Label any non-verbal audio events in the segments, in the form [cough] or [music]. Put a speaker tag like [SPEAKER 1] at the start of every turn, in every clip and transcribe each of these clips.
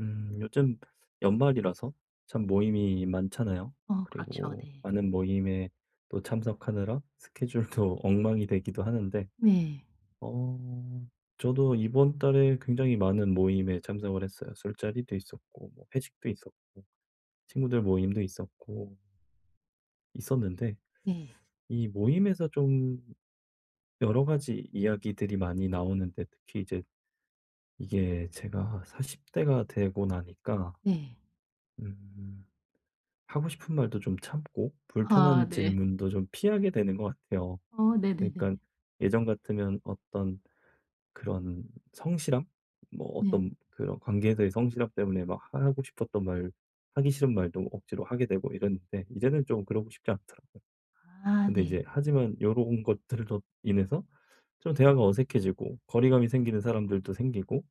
[SPEAKER 1] 요즘 연말이라서 참 모임이 많잖아요.
[SPEAKER 2] 어 그렇죠.
[SPEAKER 1] 그리고
[SPEAKER 2] 네.
[SPEAKER 1] 많은 모임에 또 참석하느라 스케줄도 [laughs] 엉망이 되기도 하는데,
[SPEAKER 2] 네.
[SPEAKER 1] 어, 저도 이번 달에 굉장히 많은 모임에 참석을 했어요. 술자리도 있었고, 뭐 회식도 있었고, 친구들 모임도 있었고, 있었는데,
[SPEAKER 2] 네.
[SPEAKER 1] 이 모임에서 좀 여러 가지 이야기들이 많이 나오는데, 특히 이제 이게 제가 40대가 되고 나니까,
[SPEAKER 2] 네.
[SPEAKER 1] 음, 하고 싶은 말도 좀 참고
[SPEAKER 2] 아
[SPEAKER 1] 불편한
[SPEAKER 2] 네.
[SPEAKER 1] 질문도 좀 피하게 되는 것 같아요.
[SPEAKER 2] 어 네네네.
[SPEAKER 1] 그러니까 예전 같으면 어떤 그런 성실함? 뭐
[SPEAKER 2] 네.
[SPEAKER 1] 어떤 그런 관계에서의 성실함 때문에 막 하고 싶었던 말, 하기 싫은 말도 억지로 하게 되고 이랬는데 이제는 좀 그러고 싶지 않더라고요.
[SPEAKER 2] 아
[SPEAKER 1] 근데
[SPEAKER 2] 네.
[SPEAKER 1] 이제 하지만 요런 것들로 인해서 좀 대화가 어색해지고 거리감이 생기는 사람들도 생기고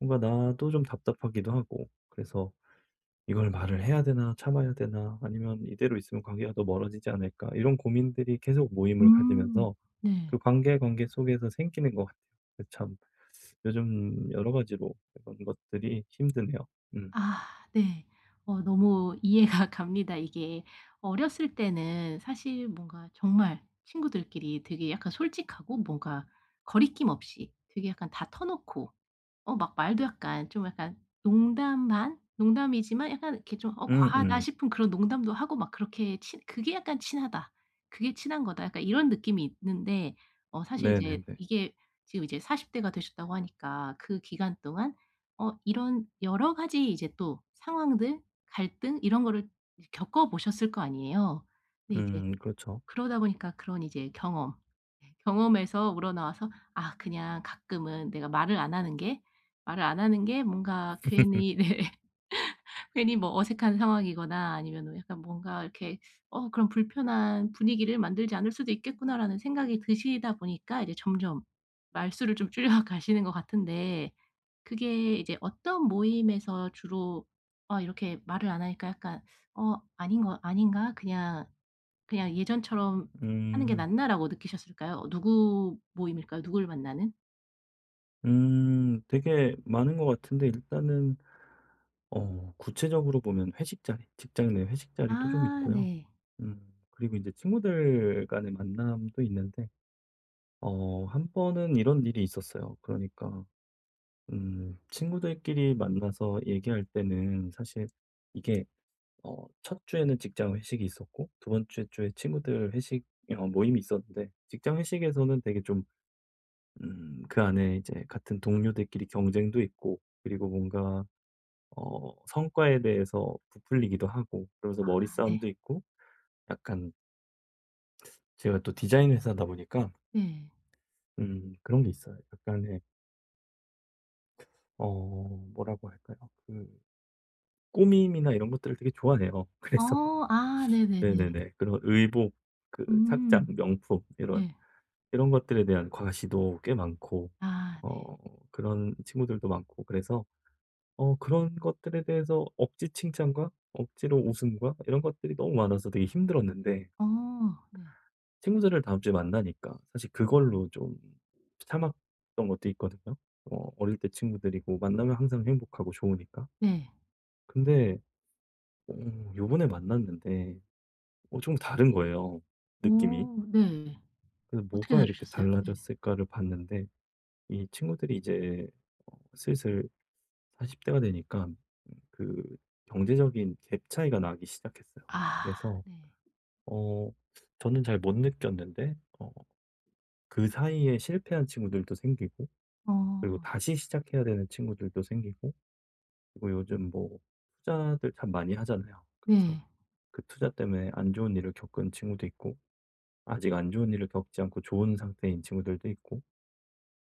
[SPEAKER 1] 뭔가 나도 좀 답답하기도 하고 그래서 '이걸 말을 해야 되나 참아야 되나 아니면 이대로 있으면 관계가 더 멀어지지 않을까.' 이런 고민들이 계속 모임을
[SPEAKER 2] 음.
[SPEAKER 1] 가지면서
[SPEAKER 2] 네.
[SPEAKER 1] 그 관계 속에서 생기는 것 같아요. 그 참 요즘 여러 가지로 이런 것들이 힘드네요. 음.
[SPEAKER 2] 아 네. 어 너무 이해가 [laughs] 갑니다. 이게 어렸을 때는 사실 뭔가 정말 친구들끼리 되게 약간 솔직하고 뭔가 거리낌 없이 되게 약간 다 터 놓고 어 막 말도 약간 좀 약간 농담 반? 농담이지만 약간 이렇게 좀 '어 과하다.'
[SPEAKER 1] 음음.
[SPEAKER 2] 싶은 그런 농담도 하고 막 그렇게 친 '그게 약간 친하다. 그게 친한 거다.' 약간 이런 느낌이 있는데 어 사실 이제
[SPEAKER 1] 네네네.
[SPEAKER 2] 이게 지금 이제 40 대가 되셨다고 하니까 그 기간 동안 어 이런 여러 가지 이제 또 상황들, 갈등 이런 거를 겪어 보셨을 거 아니에요. 근데 이제
[SPEAKER 1] 그렇죠.
[SPEAKER 2] 그러다 보니까 그런 이제 경험, 네, 경험에서 우러나와서 '아 그냥 가끔은 내가 말을 안 하는 게 뭔가 괜히' 네. [laughs] 괜히 뭐 어색한 상황이거나 아니면 약간 뭔가 이렇게 '어 그런 불편한 분위기를 만들지 않을 수도 있겠구나.'라는 생각이 드시다 보니까 이제 점점 말수를 좀 줄여 [laughs] 가시는 것 같은데 그게 이제 어떤 모임에서 주로 어 이렇게 말을 안 하니까 약간 '어 아닌 거 아닌가? 그냥' 그냥 예전처럼 하는 게
[SPEAKER 1] 음.
[SPEAKER 2] 낫나.'라고 느끼셨을까요? 누구 모임일까요? 누굴 만나는?
[SPEAKER 1] 되게 많은 것 같은데 일단은 구체적으로 보면 회식 자리, 직장 내 회식 자리도 좀
[SPEAKER 2] 아
[SPEAKER 1] 있고요.
[SPEAKER 2] 네.
[SPEAKER 1] 그리고 이제 친구들 간의 만남도 있는데 한 번은 이런 일이 있었어요. 그러니까 친구들끼리 만나서 얘기할 때는 사실 이게 첫 주에는 직장 회식이 있었고 두 번째 주에 친구들 회식 모임이 있었는데 직장 회식에서는 되게 좀 그 안에 이제 같은 동료들끼리 경쟁도 있고 그리고 뭔가 성과에 대해서 부풀리기도 하고 그러면서
[SPEAKER 2] 아 네.
[SPEAKER 1] 머리싸움도 있고 약간 제가 또 디자인 회사다 보니까
[SPEAKER 2] 네.
[SPEAKER 1] 그런 게 있어요. 약간의 어 뭐라고 할까요? 그 꾸밈이나 이런 것들을 되게 좋아해요. 그래서 [laughs]
[SPEAKER 2] 어 아 네네네.
[SPEAKER 1] 네네네. 그런 의복, 그 착장,
[SPEAKER 2] 음.
[SPEAKER 1] 명품 이런
[SPEAKER 2] 네.
[SPEAKER 1] 이런 것들에 대한 과시도 꽤 많고
[SPEAKER 2] 아 네.
[SPEAKER 1] 어 그런 친구들도 많고 그래서 그런 것들에 대해서 억지 칭찬과 억지로 웃음과 이런 것들이 너무 많아서 되게 힘들었는데
[SPEAKER 2] 어 네.
[SPEAKER 1] 친구들을 다음 주에 만나니까 사실 그걸로 좀 참았던 것도 있거든요. 어릴 때 친구들이고 만나면 항상 행복하고 좋으니까.
[SPEAKER 2] 네.
[SPEAKER 1] 근데 어 요번에 만났는데 좀 다른 거예요,
[SPEAKER 2] 어
[SPEAKER 1] 느낌이.
[SPEAKER 2] 네.
[SPEAKER 1] 그래서
[SPEAKER 2] 어떻게
[SPEAKER 1] '뭐가 이렇게
[SPEAKER 2] 다루셨어요? 네.
[SPEAKER 1] 달라졌을까.'를 봤는데 이 친구들이 이제 슬슬 40 대가 되니까 그 경제적인 갭 차이가 나기 시작했어요.
[SPEAKER 2] 아
[SPEAKER 1] 그래서
[SPEAKER 2] 네.
[SPEAKER 1] 어 저는 잘 못 느꼈는데 그 사이에 실패한 친구들도 생기고
[SPEAKER 2] 어
[SPEAKER 1] 그리고 다시 시작해야 되는 친구들도 생기고 그리고 요즘 뭐 투자들 참 많이 하잖아요. 그래서
[SPEAKER 2] 네.
[SPEAKER 1] 그 투자 때문에 안 좋은 일을 겪은 친구도 있고 아직 안 좋은 일을 겪지 않고 좋은 상태인 친구들도 있고,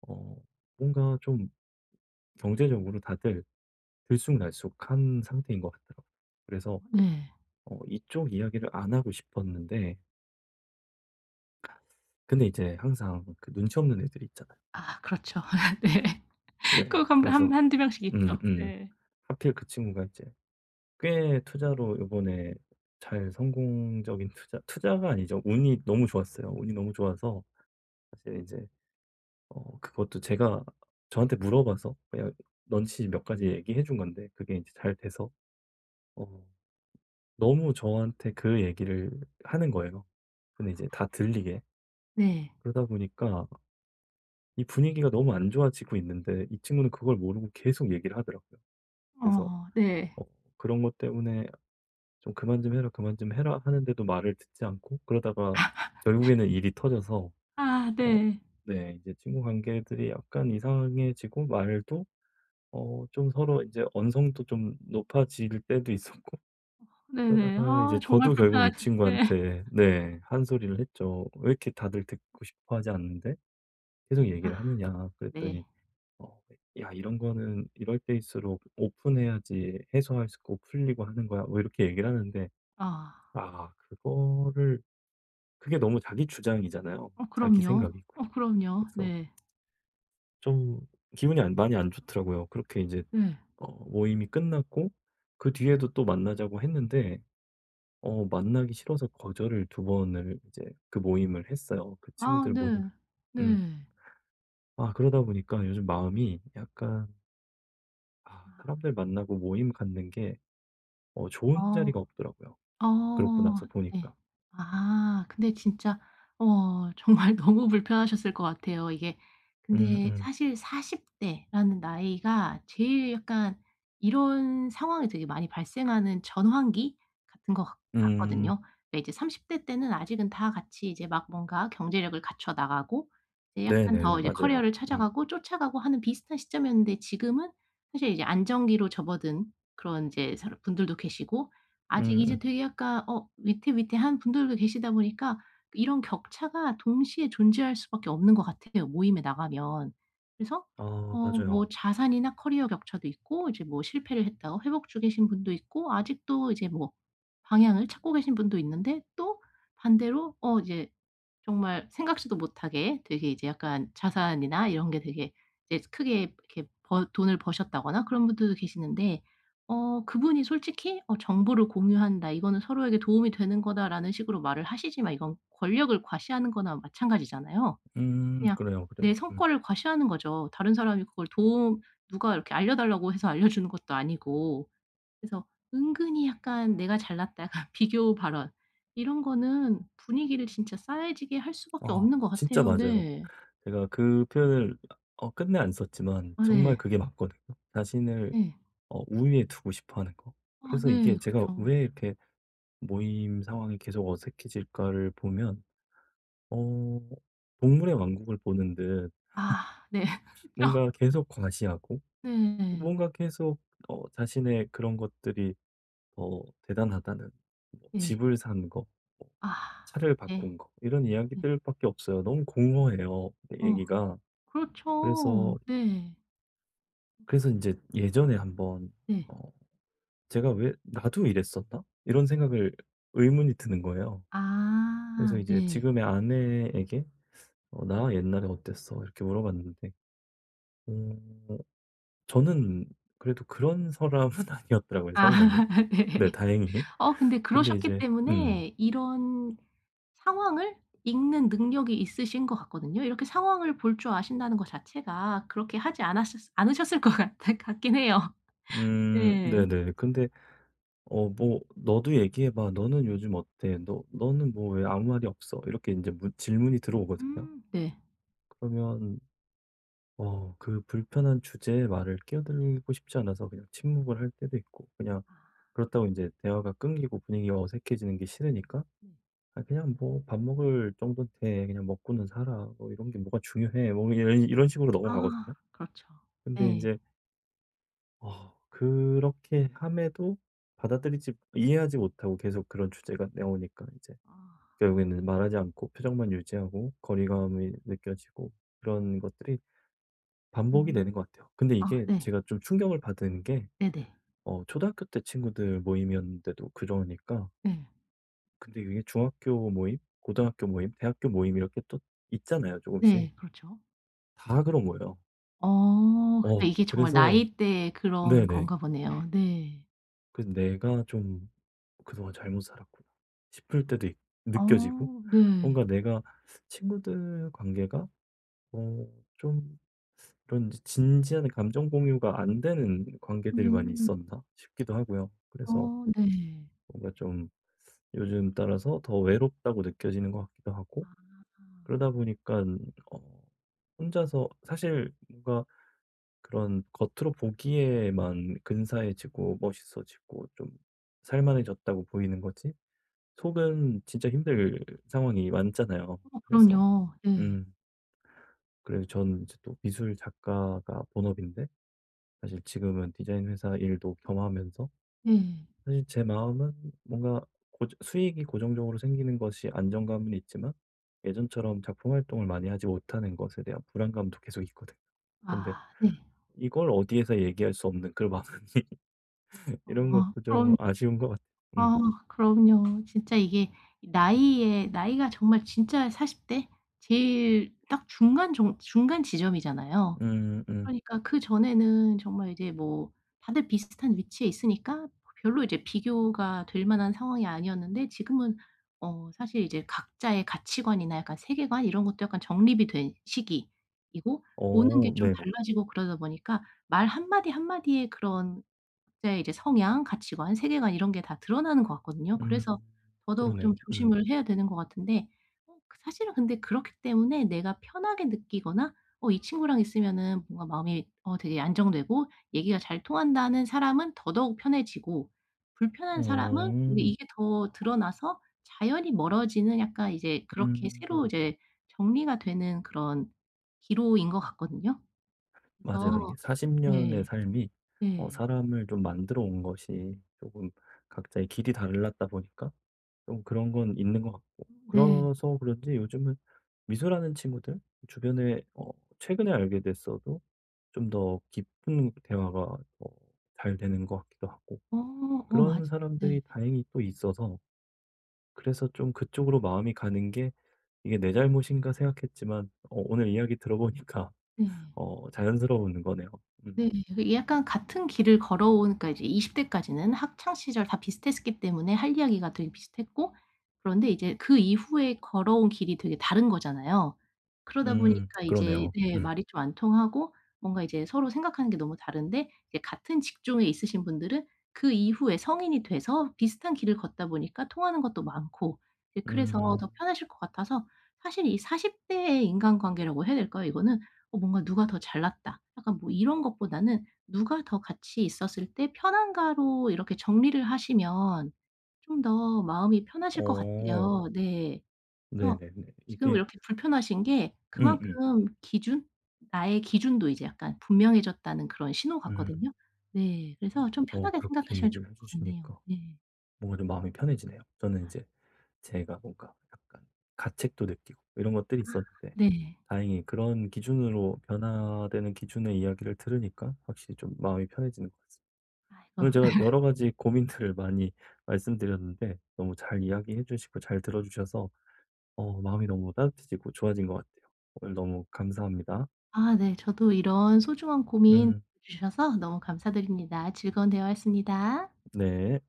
[SPEAKER 1] 어, 뭔가 좀 경제적으로 다들 들쑥날쑥한 상태인 것 같더라고요. 그래서
[SPEAKER 2] 네.
[SPEAKER 1] 이쪽 이야기를 안 하고 싶었는데, 근데 이제 항상 그 눈치 없는 애들이 있잖아요.
[SPEAKER 2] 아 그렇죠. [laughs] 네.
[SPEAKER 1] 네.
[SPEAKER 2] 꼭 1
[SPEAKER 1] 그래서,
[SPEAKER 2] 한한두 명씩
[SPEAKER 1] 음,
[SPEAKER 2] 있죠.
[SPEAKER 1] 음.
[SPEAKER 2] 네.
[SPEAKER 1] 하필 그 친구가 이제 꽤 투자로 이번에 잘 성공적인 투자, 투자가 아니죠. 운이 너무 좋았어요. 운이 너무 좋아서 사실 이제 그것도 제가 저한테 물어봐서 그냥 넌치 몇 가지 얘기해 준 건데 그게 이제 잘 돼서 어 너무 저한테 그 얘기를 하는 거예요. 근데 이제 다 들리게.
[SPEAKER 2] 네.
[SPEAKER 1] 그러다 보니까 이 분위기가 너무 안 좋아지고 있는데 이 친구는 그걸 모르고 계속 얘기를 하더라고요. 그래서
[SPEAKER 2] 어 네.
[SPEAKER 1] 어 그런 것 때문에 "좀 그만 좀 해라, 그만 좀 해라." 하는데도 말을 듣지 않고 그러다가 결국에는 일이 터져서
[SPEAKER 2] 아
[SPEAKER 1] 어
[SPEAKER 2] 네.
[SPEAKER 1] 네 이제 친구 관계들이 약간 이상해지고 말도 좀 서로 이제 언성도 좀 높아질 때도 있었고 [laughs]
[SPEAKER 2] 네네.
[SPEAKER 1] 그러다가 이제
[SPEAKER 2] 아 정말
[SPEAKER 1] 저도
[SPEAKER 2] 불편
[SPEAKER 1] 결국
[SPEAKER 2] 하
[SPEAKER 1] 이
[SPEAKER 2] 겠 네.
[SPEAKER 1] 친구한테 네 한 소리를 했죠. "왜 이렇게 다들 듣고 싶어 하지 않는데 계속
[SPEAKER 2] 아
[SPEAKER 1] 얘기를 하느냐." 그랬더니
[SPEAKER 2] 네.
[SPEAKER 1] 어 "야 이런 거는 이럴 때일수록 오픈해야지 해소할 수 있고 풀리고 하는 거야." 뭐 이렇게 얘기를 하는데
[SPEAKER 2] 아.
[SPEAKER 1] 아 그거를 그게 너무 자기 주장이잖아요.
[SPEAKER 2] 어
[SPEAKER 1] 자기
[SPEAKER 2] 그럼요.
[SPEAKER 1] 생각이고.
[SPEAKER 2] 어 그럼요.
[SPEAKER 1] 그래서
[SPEAKER 2] 네.
[SPEAKER 1] 좀 기분이 안 많이 안 좋더라고요. 그렇게 이제
[SPEAKER 2] 네.
[SPEAKER 1] 모임이 끝났고 그 뒤에도 또 만나자고 했는데 만나기 싫어서 거절을 두 번을 이제 그 모임을 했어요, 그
[SPEAKER 2] 아
[SPEAKER 1] 친구들 모임을.
[SPEAKER 2] 네.
[SPEAKER 1] 음.
[SPEAKER 2] 네.
[SPEAKER 1] 아 그러다 보니까 요즘 마음이 약간 아 사람들 만나고 모임 갖는 게 좋은
[SPEAKER 2] 아.
[SPEAKER 1] 자리가 없더라고요, 그러고
[SPEAKER 2] 어
[SPEAKER 1] 나서
[SPEAKER 2] 네.
[SPEAKER 1] 보니까.
[SPEAKER 2] 아 근데 진짜 어 정말 [laughs] 너무 불편하셨을 것 같아요. 이게
[SPEAKER 1] 음음.
[SPEAKER 2] 근데
[SPEAKER 1] 음.
[SPEAKER 2] 사실 40 대라는 나이가 제일 약간 이런 상황이 되게 많이 발생하는 전환기 같은 것 같 같거든요.
[SPEAKER 1] 음.
[SPEAKER 2] 그러니까 이제 30대 때는 아직은 다 같이 이제 막 뭔가 경제력을 갖춰 나가고 이제 약간
[SPEAKER 1] 네네.
[SPEAKER 2] 더 이제
[SPEAKER 1] 맞아요.
[SPEAKER 2] 커리어를
[SPEAKER 1] 음.
[SPEAKER 2] 찾아가고 쫓아가고 하는 비슷한 시점이었는데 지금은 사실 이제 안정기로 접어든 그런 이제 사람 분들도 계시고 아직
[SPEAKER 1] 음음.
[SPEAKER 2] 이제 되게 약간 어 위태위태한 분들도 계시다 보니까 이런 격차가 동시에 존재할 수밖에 없는 것 같아요, 모임에 나가면. 그래서
[SPEAKER 1] 아
[SPEAKER 2] 어 뭐
[SPEAKER 1] 맞아요.
[SPEAKER 2] 자산이나 커리어 격차도 있고 이제 뭐 실패를 했다가 회복 중이신 분도 있고 아직도 이제 뭐 방향을 찾고 계신 분도 있는데 또 반대로 어 이제 정말 생각지도 못하게 되게 이제 약간 자산이나 이런 게 되게 이제 크게 이렇게 버 돈을 버셨다거나 그런 분들도 계시는데 어 그분이 솔직히 "어 정보를 공유한다. 이거는 서로에게 도움이 되는 거다."라는 식으로 말을 하시지만 이건 권력을 과시하는 거나 마찬가지잖아요.
[SPEAKER 1] 음.
[SPEAKER 2] 그냥
[SPEAKER 1] 그래요,
[SPEAKER 2] 내
[SPEAKER 1] 그래요. 음.
[SPEAKER 2] 성과를 과시하는 거죠. 다른 사람이 그걸 도움 누가 이렇게 알려달라고 해서 알려주는 것도 아니고. 그래서 은근히 약간 내가 잘났다 약간 [laughs] 비교 발언 이런 거는 분위기를 진짜 싸해지게 할 수밖에
[SPEAKER 1] 아
[SPEAKER 2] 없는 것
[SPEAKER 1] 진짜
[SPEAKER 2] 같아요.
[SPEAKER 1] 맞아요.
[SPEAKER 2] 네.
[SPEAKER 1] 제가 그 표현을 끝내 안 썼지만
[SPEAKER 2] 아
[SPEAKER 1] 정말
[SPEAKER 2] 네.
[SPEAKER 1] 그게 맞거든요. 자신을
[SPEAKER 2] 네.
[SPEAKER 1] 우위에 두고 싶어 하는 거.
[SPEAKER 2] 아
[SPEAKER 1] 그래서 이게
[SPEAKER 2] 네.
[SPEAKER 1] 제가
[SPEAKER 2] 그쵸.
[SPEAKER 1] 왜 이렇게 모임 상황이 계속 어색해질까를 보면 어 동물의 왕국을 보는 듯
[SPEAKER 2] 아 네. [laughs] 그쵸.
[SPEAKER 1] 뭔가 계속 과시하고
[SPEAKER 2] 네.
[SPEAKER 1] 뭔가 계속 자신의 그런 것들이 더 대단하다는 뭐
[SPEAKER 2] 예.
[SPEAKER 1] 집을 산 거, 뭐
[SPEAKER 2] 아
[SPEAKER 1] 차를
[SPEAKER 2] 네.
[SPEAKER 1] 바꾼 거 이런
[SPEAKER 2] 네.
[SPEAKER 1] 이야기들밖에 없어요. 너무 공허해요,
[SPEAKER 2] 어
[SPEAKER 1] 얘기가. 그래서
[SPEAKER 2] 그렇죠. 네.
[SPEAKER 1] 그래서 인제 예전에 한번
[SPEAKER 2] 네.
[SPEAKER 1] 어 '제가 왜 나도 이랬었나?' 이런 생각을 의문이 드는 거예요. 그래서
[SPEAKER 2] 아
[SPEAKER 1] 이제
[SPEAKER 2] 네.
[SPEAKER 1] 지금의 아내에게 "나 옛날에 어땠어?" 이렇게 물어봤는데 어 저는 그래도 그런 사람은 [laughs] 아니었더라고요,
[SPEAKER 2] 아
[SPEAKER 1] 성향이.
[SPEAKER 2] [laughs] 네.
[SPEAKER 1] 네 다행히.
[SPEAKER 2] 어 근데
[SPEAKER 1] 근데
[SPEAKER 2] 그러셨기
[SPEAKER 1] 이제
[SPEAKER 2] 때문에 이런 상황을 읽는 능력이 있으신 것 같거든요. 이렇게 상황을 볼 줄 아신다는 것 자체가 그렇게 하지 않았었 않으셨을 것 같아 [laughs] 같긴 해요. 네.
[SPEAKER 1] 네네. 근데 뭐 "너도 얘기해 봐. 너는 요즘 어때? 너 너는 뭐 왜 아무 말이 없어?" 이렇게 인제 문 질문이 들어오거든요.
[SPEAKER 2] 네.
[SPEAKER 1] 그러면 그 불편한 주제에 말을 끼어들고 싶지 않아서 그냥 침묵을 할 때도 있고, 그냥
[SPEAKER 2] 아
[SPEAKER 1] 그렇다고 이제 대화가 끊기고 분위기가 어색해지는 게 싫으니까,
[SPEAKER 2] 네.
[SPEAKER 1] 아, 그냥 뭐 밥 먹을 정도는 돼. 그냥 먹고는 살아. 뭐 이런
[SPEAKER 2] 네.
[SPEAKER 1] 게 뭐가 중요해. 뭐 이런 식으로
[SPEAKER 2] 아
[SPEAKER 1] 넘어가거든요.
[SPEAKER 2] 그렇죠.
[SPEAKER 1] 근데
[SPEAKER 2] 네.
[SPEAKER 1] 이제, 그렇게 함에도 받아들이지, 이해하지 못하고 계속 그런 주제가 나오니까 이제
[SPEAKER 2] 아.
[SPEAKER 1] 결국에는 말하지 않고 표정만 유지하고 거리감이 느껴지고 그런 것들이 반복이
[SPEAKER 2] 음.
[SPEAKER 1] 되는 것 같아요. 근데
[SPEAKER 2] 아
[SPEAKER 1] 이게
[SPEAKER 2] 네.
[SPEAKER 1] 제가 좀 충격을 받은 게
[SPEAKER 2] 네네.
[SPEAKER 1] 초등학교 때 친구들 모임이었는데도 그러니까
[SPEAKER 2] 네.
[SPEAKER 1] 근데 이게 중학교 모임, 고등학교 모임, 대학교 모임 이렇게 또 있잖아요, 조금씩.
[SPEAKER 2] 네. 그렇죠.
[SPEAKER 1] 다 그런 거예요.
[SPEAKER 2] 어. 그러니까
[SPEAKER 1] 어
[SPEAKER 2] 이게 정말
[SPEAKER 1] 그래서
[SPEAKER 2] 나이대의 그런
[SPEAKER 1] 네네.
[SPEAKER 2] 건가 보네요. 네.
[SPEAKER 1] 그래서 '내가 좀 그동안 잘못 살았구나.' 싶을 때도 있 느껴지고
[SPEAKER 2] 어 네.
[SPEAKER 1] 뭔가 내가 친구들 관계가 좀 그런 진지한 감정 공유가 안 되는 관계들만
[SPEAKER 2] 음.
[SPEAKER 1] 있었나 싶기도 하고요. 그래서
[SPEAKER 2] 어 네.
[SPEAKER 1] 뭔가 좀 요즘 따라서 더 외롭다고 느껴지는 것 같기도 하고
[SPEAKER 2] 아.
[SPEAKER 1] 그러다 보니까 어 혼자서 사실 뭔가 그런 겉으로 보기에만 근사해지고 멋있어지고 좀 살만해졌다고 보이는 거지 속은 진짜 힘들 상황이 많잖아요.
[SPEAKER 2] 어
[SPEAKER 1] 그래서
[SPEAKER 2] 그럼요. 네.
[SPEAKER 1] 음 그래서 전 이제 또 미술 작가가 본업인데 사실 지금은 디자인 회사 일도 겸하면서
[SPEAKER 2] 네.
[SPEAKER 1] 사실 제 마음은 뭔가 고 수익이 고정적으로 생기는 것이 안정감은 있지만 예전처럼 작품 활동을 많이 하지 못하는 것에 대한 불안감도 계속 있거든요. 근데
[SPEAKER 2] 아 네.
[SPEAKER 1] 이걸 어디에서 얘기할 수 없는 그런 마음 [laughs] 이런
[SPEAKER 2] 어
[SPEAKER 1] 것도 좀
[SPEAKER 2] 그럼
[SPEAKER 1] 아쉬운 것 같아요. 음.
[SPEAKER 2] 아 그럼요. 진짜 이게 나이에 나이가 정말 진짜 40대 제일 딱 중간 지점이잖아요.
[SPEAKER 1] 음 음.
[SPEAKER 2] 그러니까 그전에는 정말 이제 뭐 다들 비슷한 위치에 있으니까 별로 이제 비교가 될 만한 상황이 아니었는데 지금은 어 사실 이제 각자의 가치관이나 약간 세계관 이런 것도 약간 정립이 된 시기이고 보는
[SPEAKER 1] 어
[SPEAKER 2] 게 좀
[SPEAKER 1] 네네.
[SPEAKER 2] 달라지고 그러다 보니까 말 한마디 한마디에 그런 각자의 이제 성향, 가치관, 세계관 이런 게 다 드러나는 것 같거든요.
[SPEAKER 1] 음.
[SPEAKER 2] 그래서 더더욱 좀
[SPEAKER 1] 그러네요. 음.
[SPEAKER 2] 조심을 해야 되는 것 같은데 어 그 사실은 근데 그렇기 때문에 내가 편하게 느끼거나 어 이 친구랑 있으면은 뭔가 마음이 어 되게 안정되고 얘기가 잘 통한다는 사람은 더더욱 편해지고 불편한 사람은 이제
[SPEAKER 1] 음.
[SPEAKER 2] 이게 더 드러나서 자연히 멀어지는 약간 이제 그렇게
[SPEAKER 1] 음.
[SPEAKER 2] 새로 이제 정리가 되는 그런 기로인 것 같거든요. 그래서
[SPEAKER 1] 맞아요. 이게 40 년의
[SPEAKER 2] 네.
[SPEAKER 1] 삶이
[SPEAKER 2] 네.
[SPEAKER 1] 사람을 좀 만들어 온 것이 조금 각자의 길이 달랐다 보니까 좀 그런 건 있는 것 같고.
[SPEAKER 2] 네.
[SPEAKER 1] 그래서 그런지 요즘은 미소라는 친구들 주변에 최근에 알게 됐어도 좀 더 깊은 대화가 더 잘 되는 것 같기도 하고
[SPEAKER 2] 어 어 맞아요.
[SPEAKER 1] 그런
[SPEAKER 2] 네.
[SPEAKER 1] 사람들이 다행히 또 있어서 그래서 좀 그쪽으로 마음이 가는 게 이게 '내 잘못인가?' 생각했지만 오늘 이야기 들어보니까
[SPEAKER 2] 네.
[SPEAKER 1] 자연스러운 거네요. 음.
[SPEAKER 2] 네. 이게 약간 같은 길을 걸어온 니까 이제 20 대까지는 학창 시절 다 비슷했기 때문에 할 이야기가 되게 비슷했고 그런데 이제 그 이후에 걸어온 길이 되게 다른 거잖아요. 그러다 보니까 이제
[SPEAKER 1] 그러네요.
[SPEAKER 2] 네
[SPEAKER 1] 음.
[SPEAKER 2] 말이 좀 안 통하고 뭔가 이제 서로 생각하는 게 너무 다른데 이제 같은 직종에 있으신 분들은 그 이후에 성인이 돼서 비슷한 길을 걷다 보니까 통하는 것도 많고 이제 그래서
[SPEAKER 1] 음.
[SPEAKER 2] 더 편하실 것 같아서 사실 이 40 대의 인간관계라고 해야 될까요 이거는? 어 뭔가 '누가 더 잘났다.' 약간 뭐 이런 것보다는 '누가 더 같이 있었을 때 편한가.'로 이렇게 정리를 하시면 좀 더 마음이 편하실 것
[SPEAKER 1] 어
[SPEAKER 2] 같아요. 네. 그래서
[SPEAKER 1] 네네네.
[SPEAKER 2] 지금
[SPEAKER 1] 이게
[SPEAKER 2] 이렇게 불편하신 게
[SPEAKER 1] 음음. 음.
[SPEAKER 2] 그만큼 기준 나의 기준도 이제 약간 분명해졌다는 그런 신호
[SPEAKER 1] 음.
[SPEAKER 2] 같거든요. 네. 그래서 좀 편하게
[SPEAKER 1] 그렇게
[SPEAKER 2] 생각하시면
[SPEAKER 1] 얘기를
[SPEAKER 2] 좋을
[SPEAKER 1] 해
[SPEAKER 2] 것 같네요.
[SPEAKER 1] 주시니까
[SPEAKER 2] 네.
[SPEAKER 1] 뭔가 좀 마음이 편해지네요. 저는 이제 제가 뭔가 약간 가책도 느끼고 이런 것들이 있었는데
[SPEAKER 2] 네.
[SPEAKER 1] 다행히 그런 기준으로 변화되는 기준의 이야기를 들으니까 확실히 좀 마음이 편해지는 것 같습니다. 오늘
[SPEAKER 2] 아이고.
[SPEAKER 1] 제가
[SPEAKER 2] [laughs]
[SPEAKER 1] 여러 가지 고민들을 많이 말씀드렸는데 너무 잘 이야기해 주시고 잘 들어 주셔서 마음이 너무 따뜻해지고 좋아진 것 같아요. 오늘 너무 감사합니다.
[SPEAKER 2] 아 네. 저도 이런 소중한 고민
[SPEAKER 1] 음
[SPEAKER 2] 주셔서 너무 감사드립니다. 즐거운 대화였습니다.
[SPEAKER 1] 네.